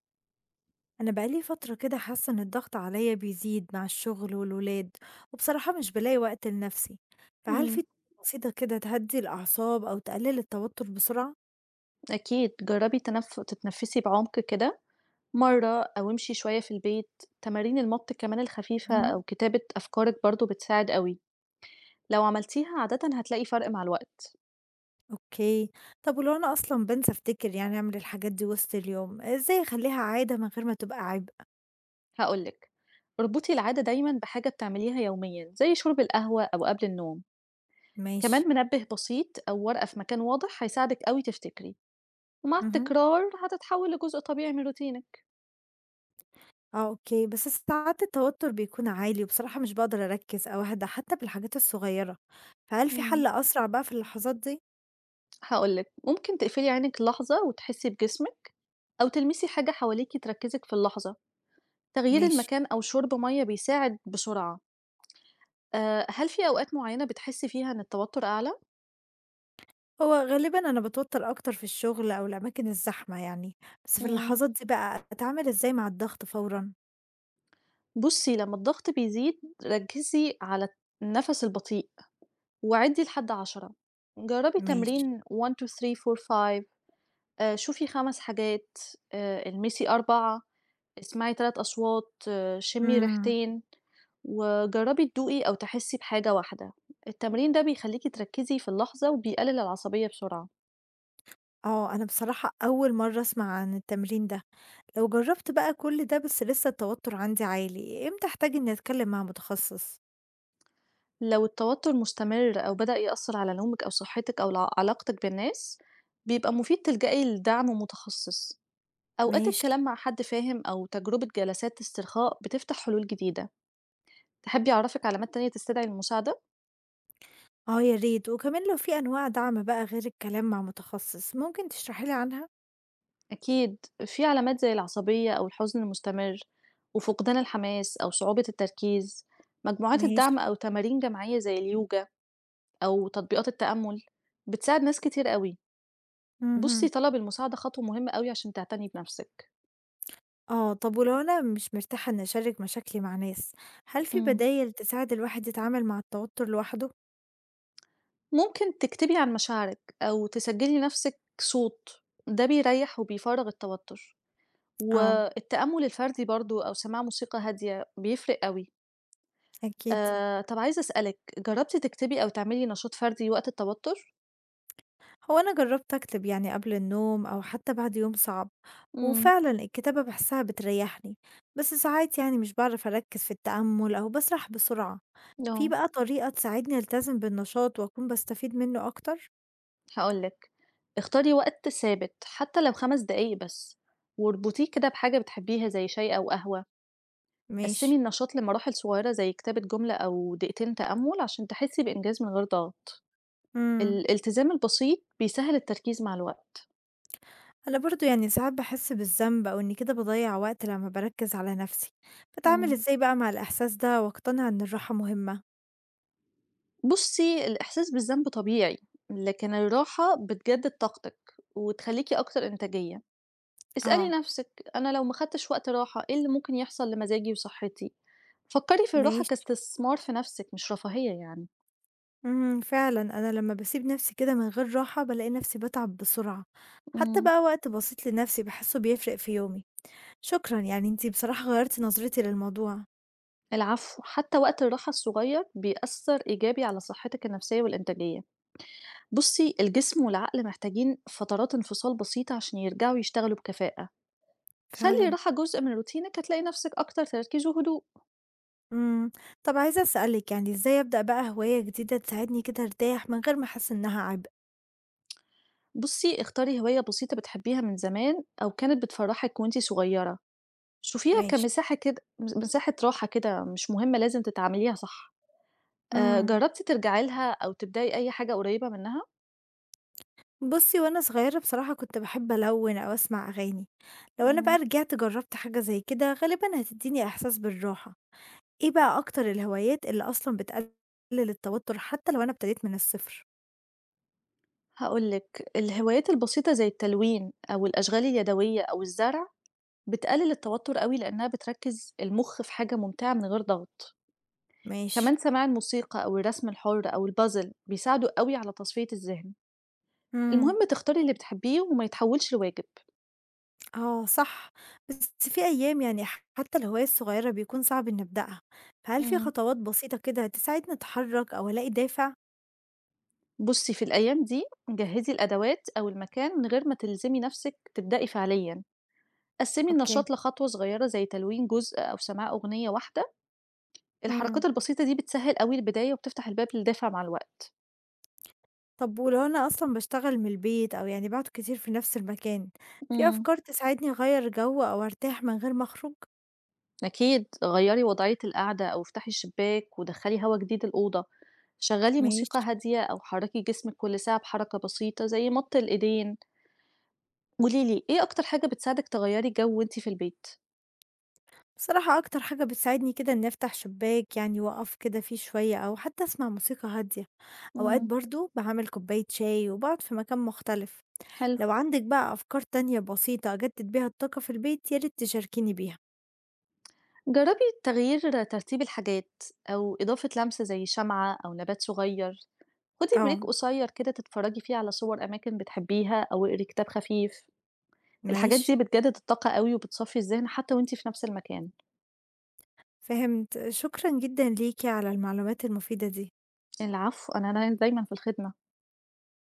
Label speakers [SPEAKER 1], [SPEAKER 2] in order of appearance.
[SPEAKER 1] أنا بقالي فترة كده حاسة إن الضغط عليا بيزيد مع الشغل والولاد، وبصراحة مش بلاقي وقت لنفسي، فهل
[SPEAKER 2] إمم،
[SPEAKER 1] في طريقة بسيطة كده تهدي الأعصاب أو تقلل التوتر بسرعة؟
[SPEAKER 2] أكيد جرّبي تتنفّسي بعمق كده مرّة أو امشي شوية في البيت. تمارين المَط كمان الخفيفة
[SPEAKER 1] مهم.
[SPEAKER 2] أو كتابة أفكارِك برضه بتساعد أوي. لو عملتيها عادةً هتلاقي فرق مع الوقت.
[SPEAKER 1] أوكي، طب ولو أنا أصلا بنسى أفتكر يعني أعمل الحاجات دي وسط اليوم، إزاي أخليها عادة من غير ما تبقى عبء؟
[SPEAKER 2] هاقول لِك، اربطي العادة دايمًا بحاجة بتعمليها يوميًا، زي شرب القهوة أو قبل النوم.
[SPEAKER 1] ماشي.
[SPEAKER 2] كمان منبه بسيط أو ورقة في مكان واضح هيساعدِك أوي تفتكري. ومع
[SPEAKER 1] مهم.
[SPEAKER 2] التكرار هتتحول لجزء طبيعي من روتينِك.
[SPEAKER 1] اه، اوكي، بس ساعات التوتر بيكون عالي وبصراحة مش بقدر أركز أو أهدى حتى بالحاجات الصغيرة، فهل في
[SPEAKER 2] إمم،
[SPEAKER 1] حل أسرع بقى في اللحظات دي؟
[SPEAKER 2] هاقول لِك ممكن تقفلي عينِك لحظة وتحسّي بجسمِك أو تلمسي حاجة حواليكِ تركّزِك في اللحظة. تغيير
[SPEAKER 1] ماشي.
[SPEAKER 2] المكان أو شرب مَيّة بيساعد بسرعة. هل في أوقات معيّنة بتحسّي فيها إن التوتر أعلى؟
[SPEAKER 1] هو غالبًا أنا باتوتر أكتر في الشغل أو الأماكن الزحمة يعني، بس في
[SPEAKER 2] إمم.
[SPEAKER 1] اللحظات دي بقى أتعامل إزاي مع الضغط فورًا؟
[SPEAKER 2] بُصّي، لمّا الضغط بيزيد ركّزي على النَفَس البطيء وعدّي لحد 10، جرّبي
[SPEAKER 1] ماشي.
[SPEAKER 2] تمرين 1، 2، 3، 4، 5. شوفي 5 حاجات. المسي 4، اسمعي 3 أصوات، شمّي
[SPEAKER 1] إمم.
[SPEAKER 2] ريحتين. وجرّبي تدوقي أو تحسّي بحاجة واحدة. التمرين ده بيخلّيكِ تركّزي في اللحظة وبيقلل العصبية بسرعة.
[SPEAKER 1] آه، أنا بصراحة أول مرّة أسمع عن التمرين ده، لو جرّبت بقى كل ده بس لسه التوتر عندي عالي، إمتى أحتاج إني أتكلم مع متخصص؟
[SPEAKER 2] لو التوتر مستمر أو بدأ يأثّر على نومِك أو صحتِك أو علاقتِك بالناس، بيبقى مفيد تلجأي لدعم متخصص. أوقات
[SPEAKER 1] ماشي.
[SPEAKER 2] الكلام مع حد فاهم أو تجربة جلسات استرخاء بتفتح حلول جديدة. تحبّي أعرّفِك علامات تانية تستدعي المساعدة؟
[SPEAKER 1] آه يا ريت، وكمان لو في أنواع دعم بقى غير الكلام مع متخصص، ممكن تشرحي لي عنها؟
[SPEAKER 2] أكيد، في علامات زي العصبية أو الحزن المستمر وفقدان الحماس أو صعوبة التركيز. مجموعات
[SPEAKER 1] ماشي.
[SPEAKER 2] الدعم أو تمارين جماعية زي اليوجا. أو تطبيقات التأمُّل بتساعد ناس كتير أوي. بُصّي،
[SPEAKER 1] اهم.
[SPEAKER 2] طلب المساعدة خطوة مهمة أوي عشان تعتني بنَفْسِك.
[SPEAKER 1] آه، طب ولو أنا مش مرتاحة إني أشارك مشاكلي مع ناس، هل في
[SPEAKER 2] إمم.
[SPEAKER 1] بدايل تساعد الواحد يتعامل مع التوتر لوحده؟
[SPEAKER 2] ممكن تكتبي عن مشاعرِك أو تسجّلي لنَفْسِك صوت. ده بيريّح وبيفرّغ التوتُّر.
[SPEAKER 1] آه،
[SPEAKER 2] والتأمُّل الفردي برضه أو سماع موسيقى هادية بيفرق أوي.
[SPEAKER 1] أكيد.
[SPEAKER 2] طَب عايزة أسألِك، جرّبتِ تكتبي أو تعملي نشاط فردي وقت التوتُّر؟
[SPEAKER 1] هو أنا جربت أكتب يعني قبل النوم أو حتى بعد يوم صعب،
[SPEAKER 2] إمم.
[SPEAKER 1] وفعلا الكتابة بحسها بتريحني، بس ساعات يعني مش بعرف أركز في التأمل أو بسرح بسرعة، في
[SPEAKER 2] آه.
[SPEAKER 1] بقى طريقة تساعدني ألتزم بالنشاط وأكون بستفيد منه أكتر؟
[SPEAKER 2] هاقول لِك. اختاري وقت ثابت حتّى لو 5 دقايق بس واربطيه كده بحاجة بتحبّيها زي شاي أو قهوة. قسّمي
[SPEAKER 1] ماشي.
[SPEAKER 2] النشاط لمراحل صغيّرة زي كتابة جملة أو دقيقتين تأمُّل عشان تحسّي بإنجاز من غير ضغط.
[SPEAKER 1] مم.
[SPEAKER 2] الالتزام البسيط بيسهّل التركيز مع الوقت.
[SPEAKER 1] أنا برضه يعني ساعات باحس بالذنب أو إني كده باضيّع وقت لمّا باركّز على نَفْسي، باتعامل
[SPEAKER 2] إمم.
[SPEAKER 1] إزاي بقى مع الإحساس ده وأقتنع إن الراحة مهمة؟
[SPEAKER 2] بُصّي، الإحساس بالذنب طبيعي، لكن الراحة بتجدِّد طاقتِك وتخلّيكِ أكتر إنتاجية. اسألي
[SPEAKER 1] آه،
[SPEAKER 2] نَفْسِك، أنا لو ما خدتش وقت راحة، إيه اللي ممكن يحصل لمزاجي وصحّتي؟ فكّري في الراحة
[SPEAKER 1] ماشي،
[SPEAKER 2] كاستثمار في نَفْسِك مش رفاهية يعني.
[SPEAKER 1] اهم، فعلًا أنا لمّا باسيب نَفْسي كده من غير راحة بالاقي نَفْسي باتعب بسرعة، حتى
[SPEAKER 2] إمم.
[SPEAKER 1] بقى وقت بسيط لنَفْسي باحسّه بيفرق في يومي، شكرًا يعني أنتِ بصراحة غيّرتِ نظرتي للموضوع.
[SPEAKER 2] العفو، حتّى وقت الراحة الصغيّر بيأثّر إيجابي على صحّتِك النفسية والإنتاجية. بُصّي، الجسم والعقل محتاجين فترات انفصال بسيطة عشان يرجعوا يشتغلوا بكفاءة. خلّي
[SPEAKER 1] فعلًا.
[SPEAKER 2] الراحة جزء من روتينِك، هتلاقي نفسِك أكتر تركيز وهدوء.
[SPEAKER 1] إمم. طَب عايزة أسألِك، يعني إزاي أبدأ بقى هواية جديدة تساعدني كده أرتاح من غير ما أحس إنها عبء؟
[SPEAKER 2] بُصّي، اختاري هواية بسيطة بتحبيها من زمان أو كانت بتفرّحِك وأنتِ صغيرة. شوفيها
[SPEAKER 1] ماشي.
[SPEAKER 2] كمساحة كده مساحة راحة كده، مش مهمة لازم تتعامليها صح.
[SPEAKER 1] إمم.
[SPEAKER 2] جرّبتِ ترجعي لها أو تبدئي أي حاجة قريبة منها؟
[SPEAKER 1] بُصّي، وأنا صغيرة بصراحة كنت باحب ألوِّن أو أسمع أغاني، لو أنا
[SPEAKER 2] إمم،
[SPEAKER 1] بقى رجعت جرّبت حاجة زي كده غالبًا هتدّيني إحساس بالراحة، إيه بقى أكتر الهوايات اللي أصلًا بتقلل التوتُّر حتى لو أنا ابتديت من الصفر؟
[SPEAKER 2] هاقول لِك، الهوايات البسيطة زي التلوين أو الأشغال اليدوية أو الزرع بتقلل التوتر أوي لأنها بتركز المخ في حاجة ممتعة من غير ضغط.
[SPEAKER 1] ماشي.
[SPEAKER 2] كمان سماع الموسيقى أو الرسم الحر أو البازل بيساعدوا أوي على تصفية الذهن.
[SPEAKER 1] إمم.
[SPEAKER 2] المهم تختاري اللي بتحبيه وما يتحولش لواجب.
[SPEAKER 1] آه صح، بس في أيام يعني حتى الهواية الصغيرة بيكون صعب إني أبدأها، فهل في
[SPEAKER 2] امم
[SPEAKER 1] خطوات بسيطة كده تساعدني أتحرّك أو ألاقي دافع؟
[SPEAKER 2] بصي، في الأيام دي جهزي الأدوات أو المكان من غير ما تلزمي نفسك تبدأي فعليا. قسمي
[SPEAKER 1] أوكي.
[SPEAKER 2] النشاط لخطوة صغيرة زي تلوين جزء أو سماع أغنية واحدة.
[SPEAKER 1] إمم.
[SPEAKER 2] الحركات البسيطة دي بتسهل أوي البداية وبتفتح الباب للدافع مع الوقت.
[SPEAKER 1] طب ولو أنا أصلًا باشتغل من البيت أو يعني باقعد كتير في نفس المكان، في
[SPEAKER 2] مم.
[SPEAKER 1] أفكار تساعدني أغيّر جو أو أرتاح من غير ما أخرج؟
[SPEAKER 2] أكيد، غيّري وضعية القعدة أو افتحي الشباك ودخّلي هوا جديد الأوضة. شغّلي موسيقى
[SPEAKER 1] ماشي.
[SPEAKER 2] هادية أو حرّكي جسمِك كل ساعة بحركة بسيطة زي مَط الإيدين. قولي لي إيه أكتر حاجة بتساعدِك تغيّري جو وأنتِ في البيت؟
[SPEAKER 1] بصراحة أكتر حاجة بتساعدني كده إني أفتح شباك يعني وأقف كده فيه شوية أو حتى أسمع موسيقى هادية، أوقات
[SPEAKER 2] إمم.
[SPEAKER 1] برضه باعمل كوباية شاي وباقعد في مكان مختلف.
[SPEAKER 2] حلو.
[SPEAKER 1] لو عندك بقى أفكار تانية بسيطة أجدد بيها الطاقة في البيت يا ريت تشاركيني بيها.
[SPEAKER 2] جرّبي تغيير ترتيب الحاجات أو إضافة لمسة زي شمعة أو نبات صغير. خُدي break
[SPEAKER 1] آه.
[SPEAKER 2] قصيّر كده تتفرّجي فيه على صور أماكن بتحبّيها أو اقري كتاب خفيف. الحاجات
[SPEAKER 1] ماشي.
[SPEAKER 2] دي بتجدد الطاقة أوي وبتصفّي الذهن حتى وأنتِ في نَفْس المكان.
[SPEAKER 1] فهمت. شكرًا جدًا ليكِ على المعلومات المفيدة دي.
[SPEAKER 2] العفو، أنا هنا دايمًا في الخدمة.